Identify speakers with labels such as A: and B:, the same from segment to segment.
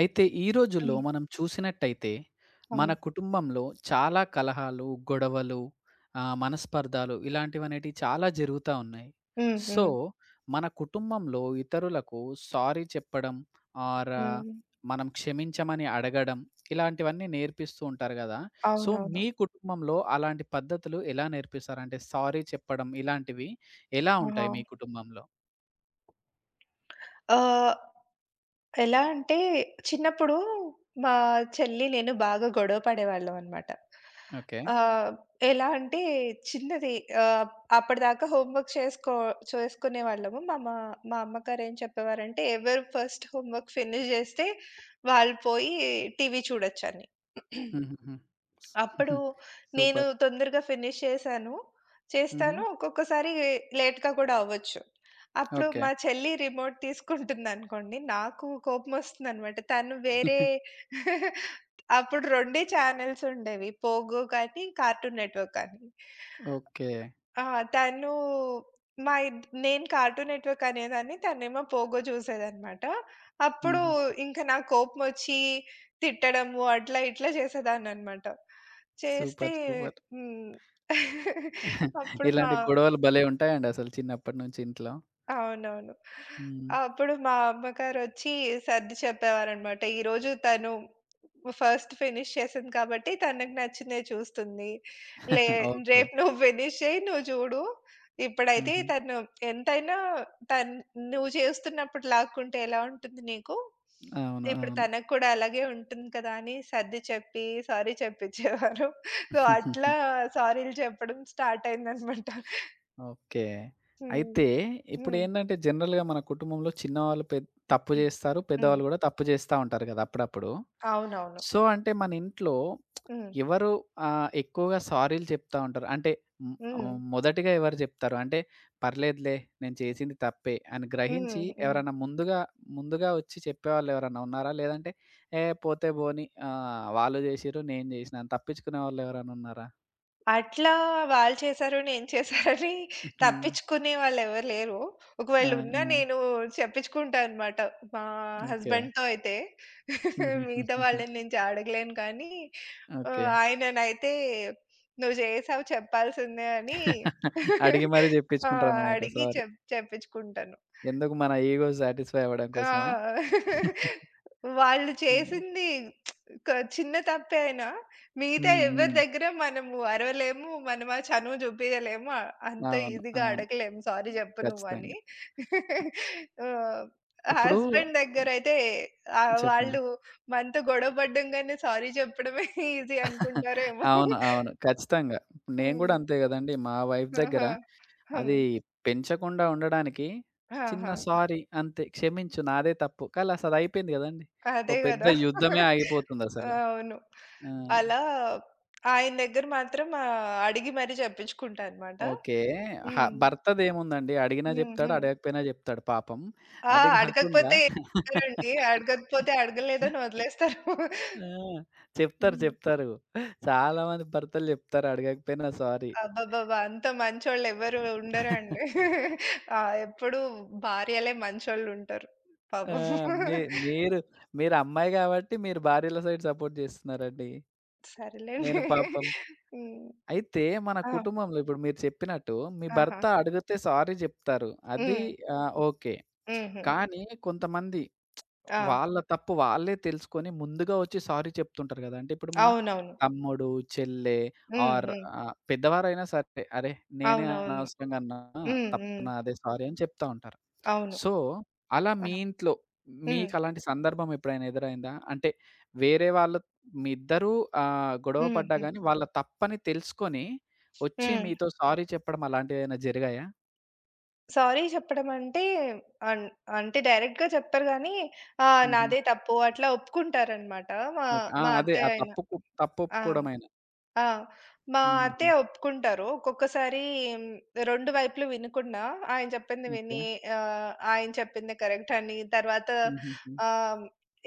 A: అయితే ఈ రోజుల్లో
B: హ్మ్.
A: మనం చూసినట్టయితే మన
B: అవును.
A: కుటుంబంలో చాలా కలహాలు, గొడవలు, మనస్పర్ధాలు ఇలాంటివనేటివి చాలా జరుగుతా ఉన్నాయి.
B: హ్మ్.
A: సో,
B: హ్మ్.
A: మన కుటుంబంలో ఇతరులకు సారీ చెప్పడం ఆర్
B: హ్మ్.
A: మనం క్షమించమని అడగడం ఇలాంటివన్నీ నేర్పిస్తూ ఉంటారు గదా! సో,
B: అవునవును.
A: మీ కుటుంబంలో అలాంటి పద్ధతులు ఎలా నేర్పిస్తారు? అంటే సారీ చెప్పడం ఇలాంటివి ఎలా
B: ఆహా!
A: ఉంటాయి మీ కుటుంబంలో?
B: ఆహ్, ఎలా అంటే చిన్నప్పుడు మా చెల్లి, నేను బాగా గొడవ పడేవాళ్ళం అన్నమాట.
A: ఓకే.
B: ఆహ్, ఎలా అంటే చిన్నది ఆహ్, అప్పటిదాకా హోంవర్క్ చేసుకో చేసుకునేవాళ్ళము. మా మా మా అమ్మగారు ఏం చెప్పేవారంటే, ఎవరు ఫస్ట్ హోంవర్క్ ఫినిష్ చేస్తే వాళ్ళు పోయి టీవీ చూడొచ్చని.
A: హుహుహు.
B: అప్పుడు నేను
A: సూపర్.
B: తొందరగా ఫినిష్ చేశాను.
A: హుహు.
B: చేస్తాను. ఒక్కొక్కసారి లేట్‌గా కూడా అవ్వచ్చు. అప్పుడు
A: ఓకే.
B: మా చెల్లి రిమోట్ తీసుకుంటుందనుకోండి, నాకు కోపమొస్తుందనమాట. తను వేరే అప్పుడు 2 ఛానెల్స్ ఉండేవి. పోగో కానీ, కార్టూన్ నెట్‌వర్క్ కానీ.
A: ఓకే.
B: ఆ! తను మా ఇద్ నేను కార్టూన్ నెట్‌వర్క్ అనేదాన్ని. తనేమో పోగో చూసేదనమాట. అప్పుడు
A: హుహు.
B: ఇంక నాకు కోపమొచ్చి తిట్టడము అట్లా ఇట్లా చేసేదాన్ననమాట. చేస్తే
A: సూపర్. సూపర్.
B: హ్మ్. అప్పుడు మా
A: ఇలాంటి గొడవలు భలే ఉంటాయండి అసలు చిన్నప్పటి నుంచి ఇంట్లో.
B: అవునవును.
A: హ్మ్.
B: అప్పుడు మా అమ్మగారొచ్చి సర్ది చెప్పేవారనమాట. ఈరోజు తను ఫస్ట్ ఫినిష్ చేసింది కాబట్టి తనకు నచ్చినయి చూస్తుంది. లే
A: ఓకే.
B: రేపు నువ్వు ఫినిష్ చెయ్యి, నువ్వు చూడు. ఇప్పుడైతే
A: ఆహా!
B: తను ఎంతైనా తన్ నువ్వు చేస్తున్నప్పుడు లాక్కుంటే ఎలా ఉంటుంది నీకు?
A: అవును.
B: ఇప్పుడు
A: అవును.
B: తనకు కూడా అలాగే ఉంటుంది కదా! అని సర్ది చెప్పి, సారీ చెప్పించేవారు. సో, అట్లా సారీలు చెప్పడం స్టార్ట్ అయిందనమాట.
A: ఓకే. అయితే
B: హ్మ్. హ్మ్.
A: ఇప్పుడేందంటే జనరల్‌గా మన కుటుంబంలో చిన్నవాళ్ళు తప్పు జేస్తారు.
B: హ్మ్.
A: పెద్దవాళ్ళు గూడా తప్పు జేస్తా ఉంటారు గదా! అప్పుడప్పుడు.
B: అవునవును.
A: సో, అంటే మన ఇంట్లో
B: హ్మ్.
A: ఎవరు ఎక్కువగా సారీలు చెప్తా ఉంటారు? అంటే హ్మ్,
B: హ్మ్.
A: మొదటిగా ఎవరు జెప్తారు? అంటే పర్లేదులే నేను చేసింది తప్పే అని గ్రహించి
B: హ్మ్. హ్మ్.
A: ఎవరన్నా ముందుగా, ముందుగా వచ్చి చెప్పేవాళ్ళు ఎవరన్నా ఉన్నారా? లేదంటే ఏ పోతే పోనీ వాళ్ళు జేసిర్రు నేను జేసినా అని తప్పించుకునే వాళ్ళు ఎవరైనా ఉన్నారా?
B: అట్లా వాళ్ళు చేశారు, నేను చేశారని
A: హుహు.
B: తప్పించుకునే వాళ్ళెవరు లేరు.
A: ఆ!
B: ఒకవేళ
A: ఆ!
B: ఉన్నా నేను చెప్పించుకుంటా అనమాట. మా
A: ఓకే.
B: హస్బెండ్‌తో అయితే. మిగతా
A: హుహుహుహుహు.
B: వాళ్ళని నేను అడగలేను కానీ
A: ఓకే.
B: ఆయననైతే "నువ్వు చేసావు చెప్పాల్సిందే" అని
A: అడిగి మరీ
B: ఆ!
A: జెప్పించుకుంటారనమాట.
B: అడిగి
A: సారీ.
B: చెప్పించుకుంటాను.
A: ఎందుకు మన ఇగో సాటిస్‌ఫై అవ్వడం కోసమా?
B: ఆ! వాళ్ళు
A: హ్మ్.
B: చేసింది క చిన్న తప్పే అయినా, మిగతా
A: హ్మ్.
B: ఎవరి
A: హ్మ్.
B: దగ్గర మనము అరవలేము. మనం ఆ చనువు చూపియలేము. అంత
A: అవును.
B: ఈజీగా
A: అవును.
B: అడగలేము సారీ చెప్పు నువ్వని.
A: ఖచ్చితంగా.
B: ఆహ్,
A: ఇప్పుడు
B: హస్బెండ్ దగ్గరైతే
A: చెప్పండి.
B: వాళ్ళు మనతో గొడవ పడ్డంగానే సారీ చెప్పడమే ఈజీ అనుకుంటారేమో.
A: అవును. అవును. ఖచ్చితంగా. నేను
B: హ్మ్.
A: గూడా అంతే గదండీ! మా వైఫ్ దగ్గర
B: ఆహా! హ్మ్.
A: అది పెంచకుండా ఉండడానికి చిన్న
B: ఆహా!
A: సారీ అంతే. క్షమించు నాదే తప్పు. కానీ అసలదయిపోయింది గదండీ! ఓ
B: అదే
A: పెద్ద
B: గదా!
A: యుద్ధమే ఆగిపోతుందసలు.
B: అవును.
A: ఆ!
B: అలా ఆయన దగ్గర మాత్రం అడిగి మరీ జెప్పించుకుంటా అన్నమాట.
A: ఓకే. హ
B: హ్మ్.
A: భర్తదేముందండి అడిగినా
B: హ్మ్.
A: జెప్తాడు,
B: హ్మ్.
A: అడగకపోయినా జెప్తాడు పాపం.
B: ఆ!
A: అది గాకుండా
B: అడగకపోతే ఏం చెప్తారండి. అడగకపోతే అడగలేదని వదిలేస్తారు.
A: ఆ! చెప్తారు,
B: హ్మ్.
A: చెప్తారు. చాలా మంది భర్తలు జెప్తారు అడగకపోయినా సారీ.
B: అబ్బబ్బబ్బా! అంత మంచోళ్ళెవ్వరు ఉండరండి. ఆ! ఎప్పుడూ భార్యలే మంచోళ్ళుంటారు.
A: ఆ!
B: పాపం.
A: మీ మీరు మీరు అమ్మాయి గాబట్టి మీరు భార్యల సైడ్ సపోర్ట్ జేస్తున్నారండి. నేను
B: సరేలేండి.
A: పాపం
B: హ్మ్.
A: అయితే మన
B: ఆ!
A: కుటుంబంలో ఇప్పుడు మీరు చెప్పినట్టు మీ
B: ఆహా!
A: భర్త అడిగితే సారీ జెప్తారు. అది
B: హ్మ్.
A: ఓకే.
B: హుహు.
A: కానీ కొంతమంది
B: ఆ!
A: వాళ్ళ తప్పు వాళ్ళే తెలుసుకొని ముందుగా వచ్చి సారీ చెప్తుంటారు గదా! అంటే ఇప్పుడు మన
B: అవునవును.
A: తమ్ముడు, చెల్లె
B: హ్మ్.
A: ఆర్
B: హ్మ్.
A: పెద్దవారైనా సరే, "అరే! నేనే
B: అవునవును.
A: అనవసరంగా అన్నా.
B: హ్మ్.
A: తప్పు
B: హ్మ్.
A: నాదే. సారీ" అని చెప్తా ఉంటారు.
B: అవును.
A: సో, అలా
B: ఆ!
A: మీ ఇంట్లో
B: హ్మ్.
A: మీకలాంటి సందర్భం ఎప్పుడైనా ఎదురైందా? అంటే వేరే వాళ్ళు మీ ఇద్దరూ గొడవ
B: హ్మ్.
A: పడ్డా
B: హ్మ్.
A: గానీ వాళ్ళ తప్పని తెలుసుకొని వచ్చి
B: హ్మ్.
A: మీతో సారీ చెప్పడం అలాంటివేమైనా జరిగాయా?
B: సారీ చెప్పడం అంటే అన్ అంటే డైరెక్ట్‌గా చెప్పరు గానీ, ఆ!
A: హుహు.
B: నాదే తప్పు అట్లా ఒప్పుకుంటారనమాట. మా
A: ఓకే. ఆ!
B: మా
A: అదే. ఆ
B: అత్తయ్య అయినా.
A: తప్పుకు తప్పు
B: ఆ!
A: ఒప్పుకోవడమైనా.
B: ఆ! మా
A: హుహుహు.
B: అత్తయ్య ఒప్పుకుంటారు. ఒక్కొక్కసారి హ్మ్, 2 వైపులు వినకుండా ఆయన చెప్పింది
A: ఓకే.
B: విని ఆయన చెప్పింది కరెక్ట్ అని తర్వాత
A: హుహుహు.
B: ఆహ్,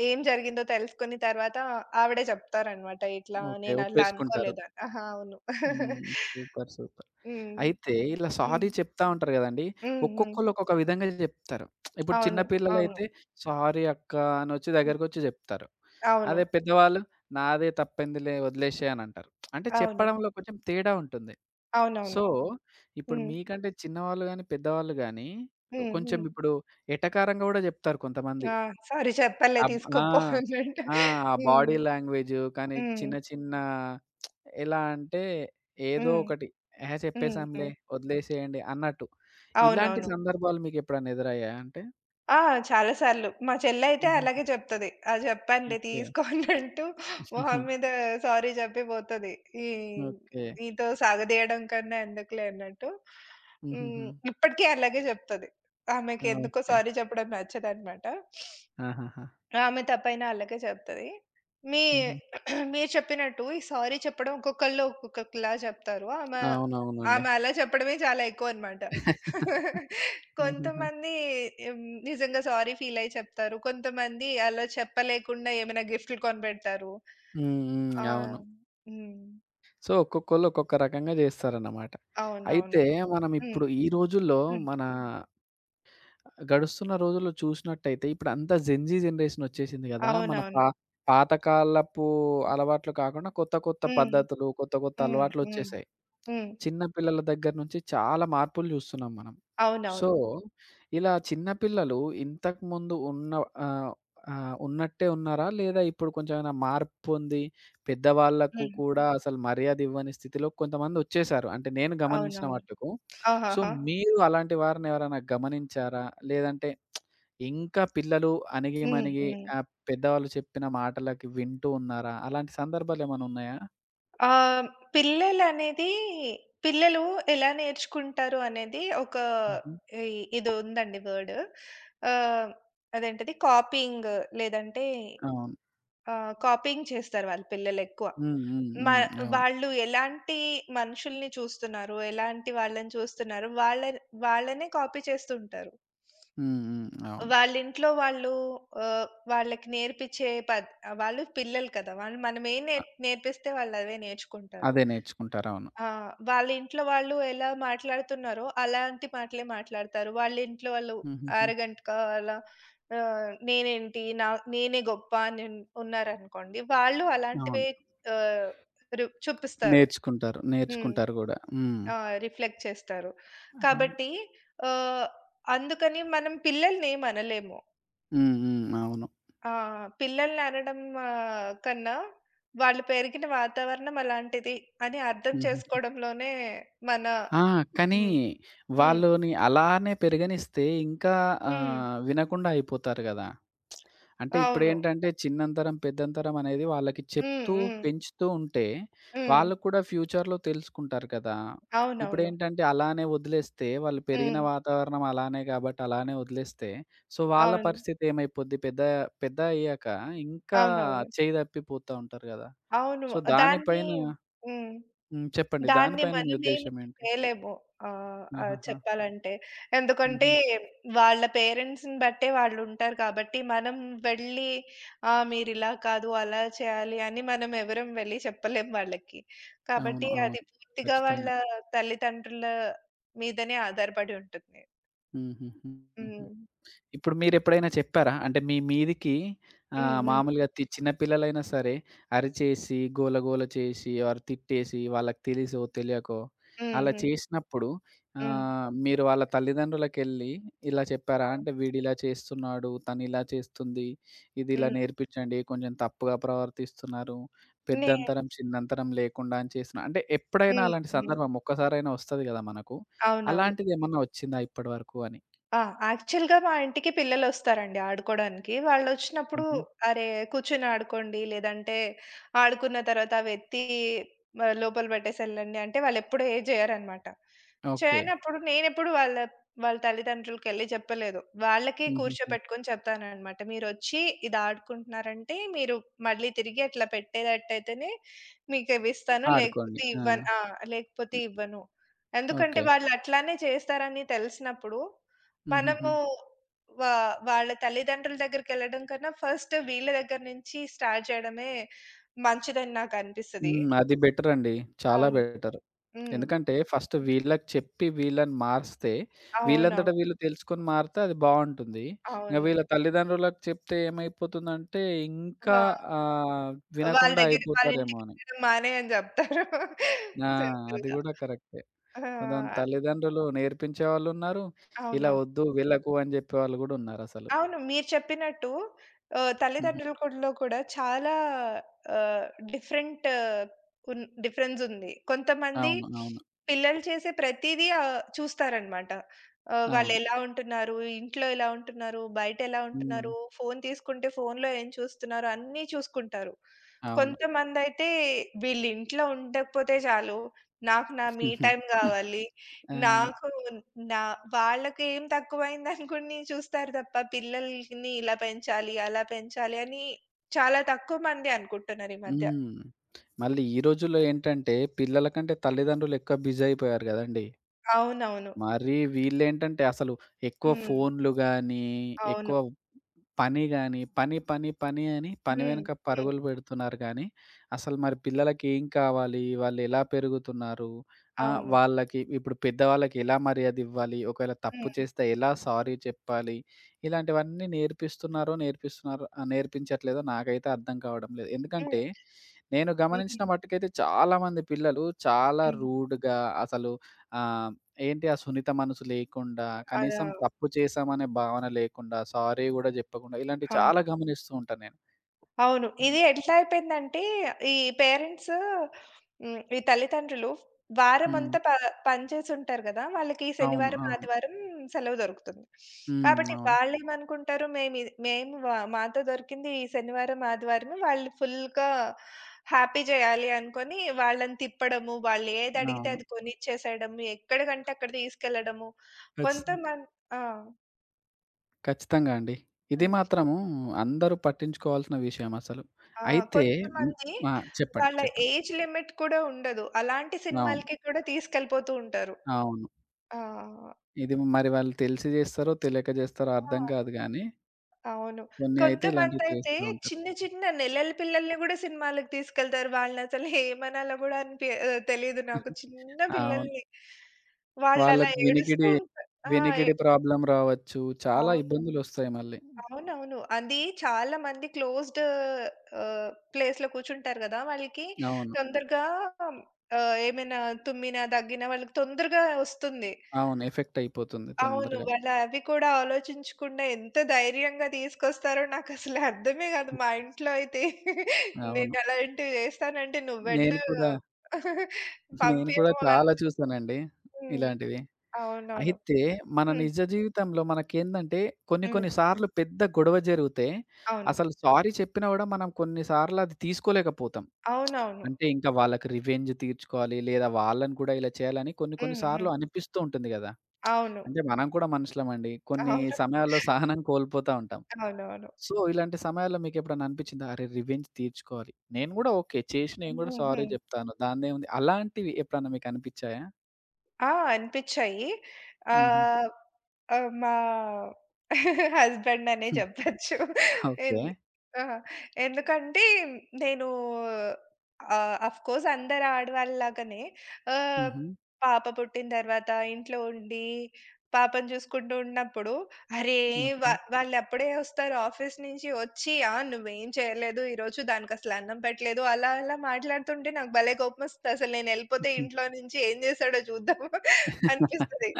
B: ఏం జరిగిందో తెలుసుకుని తర్వాత ఆవిడే చెప్తారనమాట. ఇట్లా
A: ఓకే.
B: నేను అట్లా
A: ఒప్పేసుకుంటారు.
B: అనుకోలేదని. ఆహా! అవును.
A: హ్మ్. సూపర్. సూపర్.
B: హ్మ్.
A: అయితే ఇలా
B: హ్మ్.
A: సారీ చెప్తా ఉంటారు గదండీ!
B: హ్మ్. హ్మ్.
A: ఒక్కొక్కళ్ళు ఒక్కొక్క విధంగా జెప్తారు. ఇప్పుడు చిన్న
B: అవును. అవును.
A: పిల్లలైతే సారీ అక్క అనొచ్చి
B: హ్మ్.
A: దగ్గరకొచ్చి జెప్తారు.
B: అవును.
A: అదే పెద్దవాళ్ళు నాదే తప్పైందిలే వదిలేసేయ్ అనంటారు. అంటే
B: అవును.
A: చెప్పడంలో కొంచెం తేడా ఉంటుంది. సో,
B: అవునవును.
A: ఇప్పుడు
B: హ్మ్.
A: మీకంటే చిన్నవాళ్ళు గాని, పెద్దవాళ్ళు గాని, సో,
B: హ్మ్.
A: కొంచెం
B: హ్మ్.
A: ఇప్పుడు ఎటకారంగా గూడా జెప్తారు కొంతమంది.
B: ఆ! సారీ చెప్పలే
A: అబ్ ఆ!
B: తీసుకోపో అన్నట్టు.
A: ఆ! ఆ
B: హ్మ్.
A: బాడీ లాంగ్వేజు, కానీ
B: హ్మ్.
A: చిన్న చిన్న ఎలా అంటే ఏదో
B: హ్మ్.
A: ఒకటి "ఎహే!
B: హ్మ్. హ్మ్.
A: చెప్పేసాంలే,
B: హ్మ్.
A: వదిలేసేయండి" అన్నట్టు. ఇలాంటి
B: అవునవును.
A: సందర్భాలు మీకెప్పుడైనా ఎదురయ్యాయా అంటే?
B: ఆ! చాలా సార్లు. మా చెల్లయితే
A: హుహుహు.
B: అలాగే జెప్తది. "ఆ! జెప్పానులే
A: ఓకే.
B: తీసుకో" అనంటూ
A: హుహు.
B: మొహం మీద సారీ జెప్పి బోతది. ఈ
A: ఓకే.
B: నీతో సాగదీయడం కన్నా ఎందుకులే అన్నట్టు.
A: హుహుహు.
B: హ్మ్. ఇప్పటికి అలాగే జెప్తది.
A: ఆ!
B: ఆమెకెందుకో
A: ఓకే.
B: సారీ చెప్పడం నచ్చదనమాట.
A: ఆహాహా!
B: ఆమె తప్పైనా ఆళ్ళకే చెప్తది. మీ
A: హుహు.
B: మీరు చెప్పినట్టు ఈ సారీ చెప్పడం ఒక్కొక్కళ్ళు ఒక్కొక్కలా చెప్తారు. ఆమె
A: అవునవునండి.
B: ఆమె అలా చెప్పడమే చాలా ఎక్కువనమాట.
A: ఆహాహా!
B: కొంతమంది హ్మ్, నిజంగా సారీ ఫీలయ్యి చెప్తారు. కొంతమంది అలా చెప్పలేకుండా ఏమైనా గిఫ్ట్‌లు కొనిపెడతారు.
A: హ్మ్. హ్మ్.
B: ఆ!
A: అవును.
B: హ్మ్.
A: సో, ఒక్కొక్కళ్ళు ఒక్కొక్క రకంగా జేస్తారన్నమాట. అయితే
B: అవునవును.
A: మనం
B: హ్మ్.
A: ఇప్పుడు ఈ రోజుల్లో
B: హ్మ్.
A: మన గడుస్తున్న రోజుల్లో చూసినట్టయితే ఇప్పుడంతా జెన్‌జీ జనరేషన్ ఒచ్చేసింది గదా! మన
B: అవునవును.
A: పాతకాలపు అలవాట్లు కాకుండా కొత్త కొత్త
B: హ్మ్.
A: పద్ధతులు, కొత్త కొత్త
B: హ్మ్. హ్మ్.
A: అలవాట్లొచ్చేసాయి.
B: హ్మ్.
A: చిన్న పిల్లల దగ్గర నుంచి చాలా మార్పులు జూస్తున్నాం మనం. సో,
B: అవునవును.
A: ఇలా చిన్న పిల్లలు ఇంతకుముందు ఉన్న ఆహ్, ఆహ్, ఉన్నట్టే ఉన్నారా? లేదా ఇప్పుడు కొంచెం ఏమైనా మార్పొంది, పెద్దవాళ్ళకు
B: హ్మ్.
A: కూడా అసలు మర్యాదివ్వని స్థితిలో కొంతమందొచ్చేసారు. అంటే నేను గమనించిన
B: అవునవును.
A: మట్టుకు. సో,
B: ఆహాహా!
A: మీరు అలాంటి వారిని ఎవరైనా గమనించారా? లేదంటే ఇంకా పిల్లలు అణిగి
B: హ్మ్.
A: మణిగి
B: హ్మ్.
A: పెద్దవాళ్ళు చెప్పిన మాటలకి వింటూ ఉన్నారా? అలాంటి సందర్భాలేమైనా ఉన్నాయా?
B: ఆహ్, పిల్లలనేది పిల్లలు ఎలా నేర్చుకుంటారు అనేది ఒక
A: హుహు.
B: ఇ ఇదుందండి వర్డ్. ఆహ్, అదేంటిది కాపీయింగ్ లేదంటే
A: అవును.
B: కాపీయింగ్ చేస్తారు వాళ్ళు పిల్లలెక్కువ.
A: హ్మ్. హ్మ్.
B: మ
A: హ్మ్. అవును.
B: వాళ్ళు ఎలాంటి మనుషుల్ని చూస్తున్నారు, ఎలాంటి వాళ్ళని చూస్తున్నారు, వాళ్ళనే కాపీ చేస్తుంటారు.
A: హ్మ్. హ్మ్. అవును.
B: వాళ్ళింట్లో వాళ్ళు ఆహ్, వాళ్ళకి నేర్పించే పద్ వాళ్ళు పిల్లలు కదా! వాళ్ళు మనమేం
A: అ
B: నేర్ నేర్పిస్తే వాళ్ళవే నేర్చుకుంటారు.
A: అదే నేర్చుకుంటారు. అవును.
B: ఆ! వాళ్ళ ఇంట్లో వాళ్ళు ఎలా మాట్లాడుతున్నారో అలాంటి మాటలే మాట్లాడతారు. వాళ్ళ ఇంట్లో వాళ్ళు
A: హుహుహు.
B: ఆరగంటగా అలా ఆహ్, నేనేంటి నా నేనే గొప్ప అని ఉన్నారనుకోండి. వాళ్ళు
A: అవును.
B: అలాంటివే ఆహ్, రు చూపిస్తారు.
A: నేర్చుకుంటారు.
B: హ్మ్.
A: నేర్చుకుంటారు గూడా. హ్మ్.
B: ఆ! రిఫ్లెక్ట్ చేస్తారు.
A: అవును.
B: కాబట్టి ఆహ్, అందుకని మనం పిల్లల్ని ఏమనలేము.
A: హ్మ్. హ్మ్. అవును.
B: ఆ! పిల్లల్ని అనడం కన్నా వాళ్ళు పెరిగిన వాతావరణం అలాంటిది అని అర్థం
A: హుహు.
B: చేసుకోవడంలోనే మన
A: ఆ! కానీ
B: హ్మ్. హ్మ్.
A: వాళ్ళని అలానే పెరగనిస్తే ఇంకా
B: హ్మ్.
A: వినకుండా అయిపోతారు గదా! అంటే
B: అవును.
A: ఇప్పుడేంటంటే చిన్నంతరం, పెద్దంతరం అనేది వాళ్ళకి
B: హ్మ్.
A: చెప్తూ,
B: హ్మ్.
A: పెంచుతూ ఉంటే,
B: హ్మ్.
A: వాళ్ళు కూడా ఫ్యూచర్‌లో తెలుసుకుంటారు కదా!
B: అవునవును.
A: ఇప్పుడేంటంటే అలానే వదిలేస్తే, వాళ్ళు పెరిగిన
B: హ్మ్.
A: వాతావరణం అలానే కాబట్టి అలానే వదిలేస్తే, సో, వాళ్ళ
B: అవును.
A: పరిస్థితి ఏమైపోద్ది? పెద్ద పెద్ద అయ్యాక ఇంకా
B: అవునవును.
A: చేయి తప్పిపోతా ఉంటారు కదా!
B: అవును.
A: సో,
B: దాన్ని
A: దానిపైన
B: హ్మ్.
A: హ్మ్. చెప్పండి.
B: దాన్ని
A: దానిపైన మీ
B: మనమేమి
A: ఉద్దేశ్యం ఏంటి?
B: చేయలేము. ఆహ్, ఆహ్,
A: ఆహాహా!
B: చెప్పాలంటే. ఎందుకంటే
A: హుహు.
B: వాళ్ళ పేరెంట్స్‌ని బట్టే వాళ్ళుంటారు కాబట్టి మనం వెళ్ళి ఆ! మీరిలా కాదు, అలా చేయాలి అని మనం ఎవరం వెళ్ళి చెప్పలేం వాళ్ళకి.
A: అవును.
B: కాబట్టి అది
A: అవును.
B: పూర్తిగా వాళ్ళ
A: ఖచ్చితంగా.
B: తల్లిదండ్రుల మీదనే ఆధారపడి ఉంటుంది.
A: హుహుహు. హుహు.
B: హ్మ్.
A: ఇప్పుడు మీరెప్పుడైనా చెప్పారా? అంటే మీ మీదికి
B: హ్మ్. హ్మ్.
A: మామూలుగా చిన్న పిల్లలైనా సరే అరిచేసి, గోలగోల చేసి ఆర్ తిట్టేసి వాళ్ళకి తెలిసో, తెలియకో అలా
B: హుహు.
A: చేసినప్పుడు
B: హ్మ్.
A: మీరు వాళ్ళ తల్లిదండ్రులకెళ్ళి ఇలా చెప్పారా?
B: అవును.
A: అంటే వీడిలా చేస్తున్నాడు, తనిలా చేస్తుంది, ఇది ఇలా
B: హ్మ్.
A: నేర్పించండి, కొంచెం తప్పుగా ప్రవర్తిస్తున్నారు,
B: నే
A: పెద్దంతరం, చిన్నంతరం లేకుండా అని చేస్తున్నా అంటే ఎప్పుడైనా
B: హ్మ్.
A: అలాంటి
B: హ్మ్.
A: సందర్భం ఒక్కసారైనా వస్తది గదా! మనకు.
B: అవునవును.
A: అలాంటిదేమన్నా వచ్చిందా ఇప్పటి వరకు అని?
B: ఆ! యాక్చువల్‌గా మా ఇంటికి పిల్లలొస్తారండి ఆడుకోడానికి. వాళ్ళొచ్చినప్పుడు
A: హుహు.
B: అరే! కూర్చొని ఆడుకోండి, లేదంటే ఆడుకున్న తర్వాత అవెత్తి లోపల పెట్టేసెళ్ళండి అంటే వాళ్ళెప్పుడు ఏది చేయరనమాట.
A: ఓకే.
B: చేయనప్పుడు నేనెప్పుడు వాళ్ళ వాళ్ళ తల్లిదండ్రులకెళ్ళి చెప్పలేదు. వాళ్ళకే
A: హుహుహు.
B: కూర్చోపెట్టుకొని చెప్తాననమాట. మీరొచ్చి ఇది ఆడుకుంటున్నారంటే మీరు మళ్ళీ తిరిగి అట్లా పెట్టేటట్టయితేనే మీకివిస్తాను,
A: ఆడుకోండి.
B: లేకపోతే
A: ఆ!
B: ఇవ్వను. ఆ! లేకపోతే ఇవ్వను. ఎందుకంటే
A: ఓకే.
B: వాళ్ళు అట్లానే చేస్తారని తెలిసినప్పుడు
A: హుహుహు.
B: మనము వా వాళ్ళ తల్లిదండ్రుల దగ్గరికెళ్ళడం కన్నా, ఫస్ట్ వీళ్ళ దగ్గర నుంచి స్టార్ట్ చేయడమే మంచిదని నాకనిపిస్తది.
A: హ్మ్. అది బెటరండి. చాలా
B: అవును.
A: బెటర్.
B: హ్మ్.
A: ఎందుకంటే ఫస్ట్ వీళ్ళకి చెప్పి వీళ్ళని మారిస్తే,
B: అవునవును.
A: వీళ్ళంతట వీళ్ళు తెలుసుకొని మారితే అది బావుంటుంది. ఇంక
B: అవును.
A: వీళ్ళ తల్లిదండ్రులకు చెప్తే ఏమైపోతుందంటే ఇంకా
B: వా
A: ఆహ్,
B: వాళ్ళ
A: వినకుండా
B: దగ్గర వాళ్ళ
A: అయిపోతారేమో అని.
B: ఇంటికెళ్ళడం మానేయని జెప్తారు.
A: ఆ! అది
B: సింపుల్‌గా.
A: గూడా కరెక్టే. కొంతమంది
B: ఆ!
A: తల్లిదండ్రులు నేర్పించేవాళ్ళున్నారు. ఇలా
B: అవును.
A: వద్దు వీళ్ళకు అని చెప్పేవాళ్ళు గూడా ఉన్నారసలు.
B: అవును. మీరు చెప్పినట్టు
A: హుహు.
B: తల్లిదండ్రుల కూడా కూడా చాలా ఆహ్, డిఫరెంట్ డిఫరెన్స్ ఉంది. కొంతమంది
A: అవును. అవును.
B: పిల్లలు చేసే ప్రతీదీ చూస్తారనమాట.
A: అవును.
B: వాళ్ళెలా ఉంటున్నారు, ఇంట్లో ఎలా ఉంటున్నారు, బయటెలా
A: హ్మ్.
B: ఉంటున్నారు, ఫోను తీసుకుంటే ఫోనులో ఏం చూస్తున్నారు అన్నీ చూసుకుంటారు.
A: అవును.
B: కొంతమందయితే వీళ్ళింట్లో ఉండకపోతే చాలు, నాకు నా మీ టైమ్ గావాలి.
A: అవును.
B: నాకు నా వాళ్ళకేం తక్కువైందనుకుని చూస్తారు తప్ప, పిల్లల్ని ఇలా పెంచాలి, అలా పెంచాలి అని చాలా తక్కువ మంది అనుకుంటున్నారు ఈ మధ్య.
A: హ్మ్. మళ్ళీ ఈ రోజుల్లో ఏంటంటే, పిల్లల కంటే తల్లిదండ్రులు ఎక్కువ బిజీ అయిపోయారు గదండీ!
B: అవునవును.
A: మరి వీళ్ళేంటంటే, అసలు ఎక్కువ
B: హ్మ్.
A: ఫోన్‌లు గానీ, ఎక్కువ
B: అవును.
A: పని గాని, పని, పని, పని అని పని
B: హ్మ్.
A: వెనక
B: హ్మ్.
A: పరుగులు పెడుతున్నారు గానీ, అసలు మరి పిల్లలకి ఏం కావాలి? వాళ్ళెలా పెరుగుతున్నారు?
B: అవును.
A: వాళ్ళకి ఇప్పుడు పెద్దవాళ్ళకి ఎలా మర్యాదివ్వాలి? ఒకవేళ తప్పు
B: హ్మ్.
A: చేస్తే ఎలా సారీ చెప్పాలి? ఇలాంటివన్నీ నేర్పిస్తున్నారో, నేర్పించట్లేదో నాకైతే అర్థం కావడం లేదు.
B: హ్మ్.
A: ఎందుకంటే, నేను గమనించిన
B: హ్మ్.
A: మట్టుకైతే చాలామంది పిల్లలు చాలా
B: హ్మ్.
A: రూడ్‌గా అసలు ఆహ్, ఏంటి ఆ సున్నిత మనసు లేకుండా,
B: అలా
A: కనీసం
B: అవును.
A: తప్పు చేశామనే భావన లేకుండా, సారీ గూడా జెప్పకుండా ఇలాంటివి చాలా గమనిస్తూ ఉంటాను నేను.
B: అవును.
A: హ్మ్.
B: ఇది ఎట్లా అయిపోయిందంటే, ఈ పేరెంట్స్ ఈ తల్లిదండ్రులు
A: హ్మ్.
B: వారమంతా ప పని చేసుంటారు గదా! వాళ్ళకి
A: అవును.
B: శనివారం,
A: అవును.
B: ఆదివారం సెలవు దొరుకుతుంది.
A: హ్మ్.
B: కాబట్టి
A: అవును.
B: వాళ్ళేమనుకుంటారు, మేమి మేము వ మాతో దొరికింది ఈ శనివారం, ఆదివారమే వాళ్ళు ఫుల్‌గా హ్యాపీ జేయాలి అనుకోని, వాళ్ళని తిప్పడము, వాళ్ళు ఏదడిగితే
A: అవును.
B: అది కొనిచ్చేసేయడము, ఎక్కడికంటే అక్కడ తీసుకెళ్ళడము.
A: ఖచ్చితంగా.
B: కొంతమం ఆ!
A: ఖచ్చితంగా అండి. ఇది
B: హ్మ్.
A: మాత్రము అందరూ పట్టించుకోవాల్సిన విషయం అసలు.
B: ఆ!
A: అయితే హ్మ్.
B: కొంతమంది
A: ఆ! చెప్పండి.
B: వాళ్ళ
A: చెప్పండి.
B: ఏజ్ లిమిట్ కూడా ఉండదు. అలాంటి
A: అవును.
B: సినిమాలకి కూడా తీసుకెళ్ళిపోతూ ఉంటారు.
A: అవును.
B: ఆ!
A: ఇది మరి వాళ్ళు తెలిసి జేస్తారో, తెలియక జేస్తారో
B: ఆ!
A: అర్థం గాదు గానీ,
B: అవును.
A: కొన్ని అయితే ఇలాంటివి
B: కొంతమందైతే
A: చేస్తూ ఉంటారు.
B: చిన్న చిన్న నెలల పిల్లల్ని గూడా సినిమాలకి తీసుకెళ్తారు. వాళ్ళనసలు ఏమనాలో గూడా అనిపి ఆహ్, తెలీదు నాకు. చిన్న
A: అవును.
B: పిల్లల్ని. వాళ్ళలా
A: వాళ్ళకి
B: ఏడుస్తూ
A: వినికిడి,
B: ఉంటారు. ఆ! ఎ
A: వినికిడి ప్రాబ్లమ్ రావచ్చు. చాలా
B: అవును.
A: ఇబ్బందులొస్తాయి మళ్ళీ.
B: అవునవును. చాలా మంది క్లోజ్డ్ ప్లేస్‌లో కూర్చుంటారు గదా! వాళ్ళకి
A: అవును.
B: తొందరగా ఆహ్, ఏమైనా తుమ్మినా, దగ్గినా వాళ్ళకి తొందరగా ఒస్తుంది.
A: అవును. ఎఫెక్ట్ అయిపోతుంది
B: అవును.
A: తొందరగా.
B: వాళ్ళు అవి కూడా ఆలోచించకుండా ఎంత ధైర్యంగా తీసుకొస్తారో నాకసలు అర్థమే గాదు. మా ఇంట్లో అయితే నేను
A: అవును.
B: అలాంటివి జేస్తానంటే
A: నేను
B: "నువ్వెళ్ళు
A: కూడా, నేను కూడా
B: పంపియము" అని
A: చాలా
B: చెప్తా.
A: చూసానండి
B: హ్మ్.
A: ఇలాంటివి.
B: అవునవును.
A: అయితే మన
B: హ్మ్.
A: నిజ జీవితంలో మనకేందంటే కొన్ని
B: హ్మ్.
A: కొన్ని సార్లు పెద్ద గొడవ జరిగితే
B: అవును.
A: అసలు సారీ చెప్పినా గూడా మనం కొన్ని సార్లు అది తీసుకోలేకపోతాం.
B: అవునవును.
A: అంటే ఇంకా వాళ్ళకి రివెంజ్ తీర్చుకోవాలి లేదా వాళ్ళని కూడా ఇలా చేయాలని కొన్ని కొన్ని
B: హ్మ్.
A: సార్లు
B: హ్మ్.
A: అనిపిస్తూ ఉంటుంది గదా!
B: అవును.
A: అంటే మనం కూడా మనుషులమండి. కొన్ని
B: అవును.
A: సమయాల్లో సహనం కోల్పోతా ఉంటాం.
B: అవునవును.
A: సో, ఇలాంటి సమయాల్లో మీకెప్పుడన్నా అనిపిచ్చిందా? అరే! రివెంజ్ తీర్చుకోవాలి. నేను గూడా ఓకే. చేసి నేను గూడా
B: హుహు.
A: సారీ జెప్తాను. దానిదేముంది. అలాంటివి ఎప్పుడన్నా మీకనిపిచ్చాయా?
B: ఆ! అనిపిచ్చాయి.
A: హుహు.
B: ఆహ్, ఆహ్, మా హస్బెండ్ అనే జెప్పొచ్చు.
A: ఓకే.
B: ఎందు ఆ! ఎందుకంటే నేను అఫ్‌కోర్స్ అందరు ఆడవాళ్ళలాగానే ఆహ్,
A: హుహు.
B: పాప పుట్టిన తర్వాత ఇంట్లో ఉండి, పాపను జూసుకుంటూ ఉన్నప్పుడు అరే!
A: ఓకే.
B: వాళ్ళప్పుడే ఒస్తారు ఆఫీస్ నుంచి. వచ్చి, "ఆ! నువ్వేం చేయలేదు ఈరోజు, దానికసలు అన్నం పెట్టలేదు" అలా అలా మాట్లాడుతుంటే నాకు భలే కోపమొస్తది. అసలు నేనెళ్ళిపోతే ఇంట్లో నుంచి ఏం చేశాడో చూద్దాం అనిపిస్తది.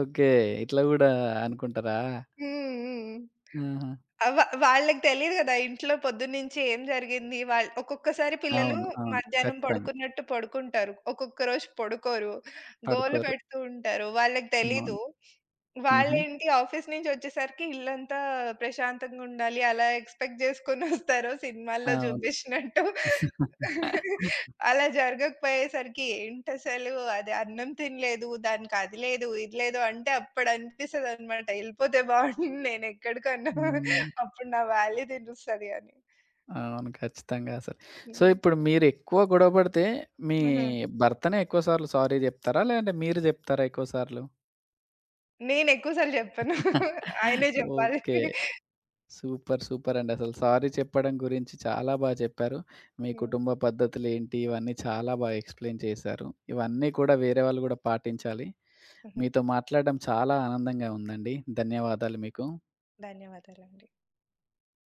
A: ఓకే. ఇట్లా గూడా అనుకుంటారా?
B: హ్మ్. హ్మ్.
A: ఆహా!
B: అవ వాళ్ళకి తెలీదు గదా! ఇంట్లో పొద్దున్నుంచి ఏం జరిగింది. ఒక్కొక్కసారి పిల్లలు
A: అవును. అవును.
B: మధ్యాహ్నం
A: ఖచ్చితంగా.
B: పడుకున్నట్టు పడుకుంటారు. ఒక్కొక్క రోజు పడుకోరు. గోల
A: పడుకోరు.
B: పెడుతూ ఉంటారు. వాళ్ళకి
A: అవును.
B: తెలీదు.
A: హుహు.
B: వాళ్ళేంటి ఆఫీస్ నుంచి వచ్చేసరికి ఇల్లంతా ప్రశాంతంగా ఉండాలి. అలా ఎక్స్‌పెక్ట్ జేసుకొనొస్తారో సినిమాల్లో
A: అవును.
B: జూబిషినట్టు. అలా జరగకపోయేసరికి ఏంటసలు అది అన్నం తినలేదు, దానికి అది లేదు, ఇది లేదు అంటే అప్పుడనిపిస్తదనమాట. ఎళ్ళిపోతే బావుండు నేనెక్కడికన్నా
A: హ్మ్.
B: అప్పుడు నా వాల్యూ తెలుస్తది అని.
A: అవును. ఖచ్చితంగా అసలు. సో,
B: హ్మ్.
A: ఇప్పుడు మీరెక్కువ గొడవ పడితే, మీ
B: హుహు.
A: భర్తనే ఎక్కువ సార్లు సారీ జెప్తారా? లేదంటే మీరు జెప్తారా ఎక్కువ సార్లు?
B: నేనెక్కువ సార్లు జెప్పను. ఆయనే జెప్పాలి.
A: ఓకే. సూపర్. సూపర్ అండి. అసలు సారీ చెప్పడం గురించి చాలా బా చెప్పారు. మీ
B: హ్మ్.
A: కుటుంబ పద్ధతులేంటి, ఇవన్నీ చాలా బా ఎక్స్‌ప్లెయిన్ చేశారు. ఇవన్నీ కూడా వేరే వాళ్ళు గూడా పాటించాలి.
B: హుహు.
A: మీతో మాట్లాడడం చాలా ఆనందంగా ఉందండి. ధన్యవాదాలు మీకు.
B: ధన్యవాదాలండి.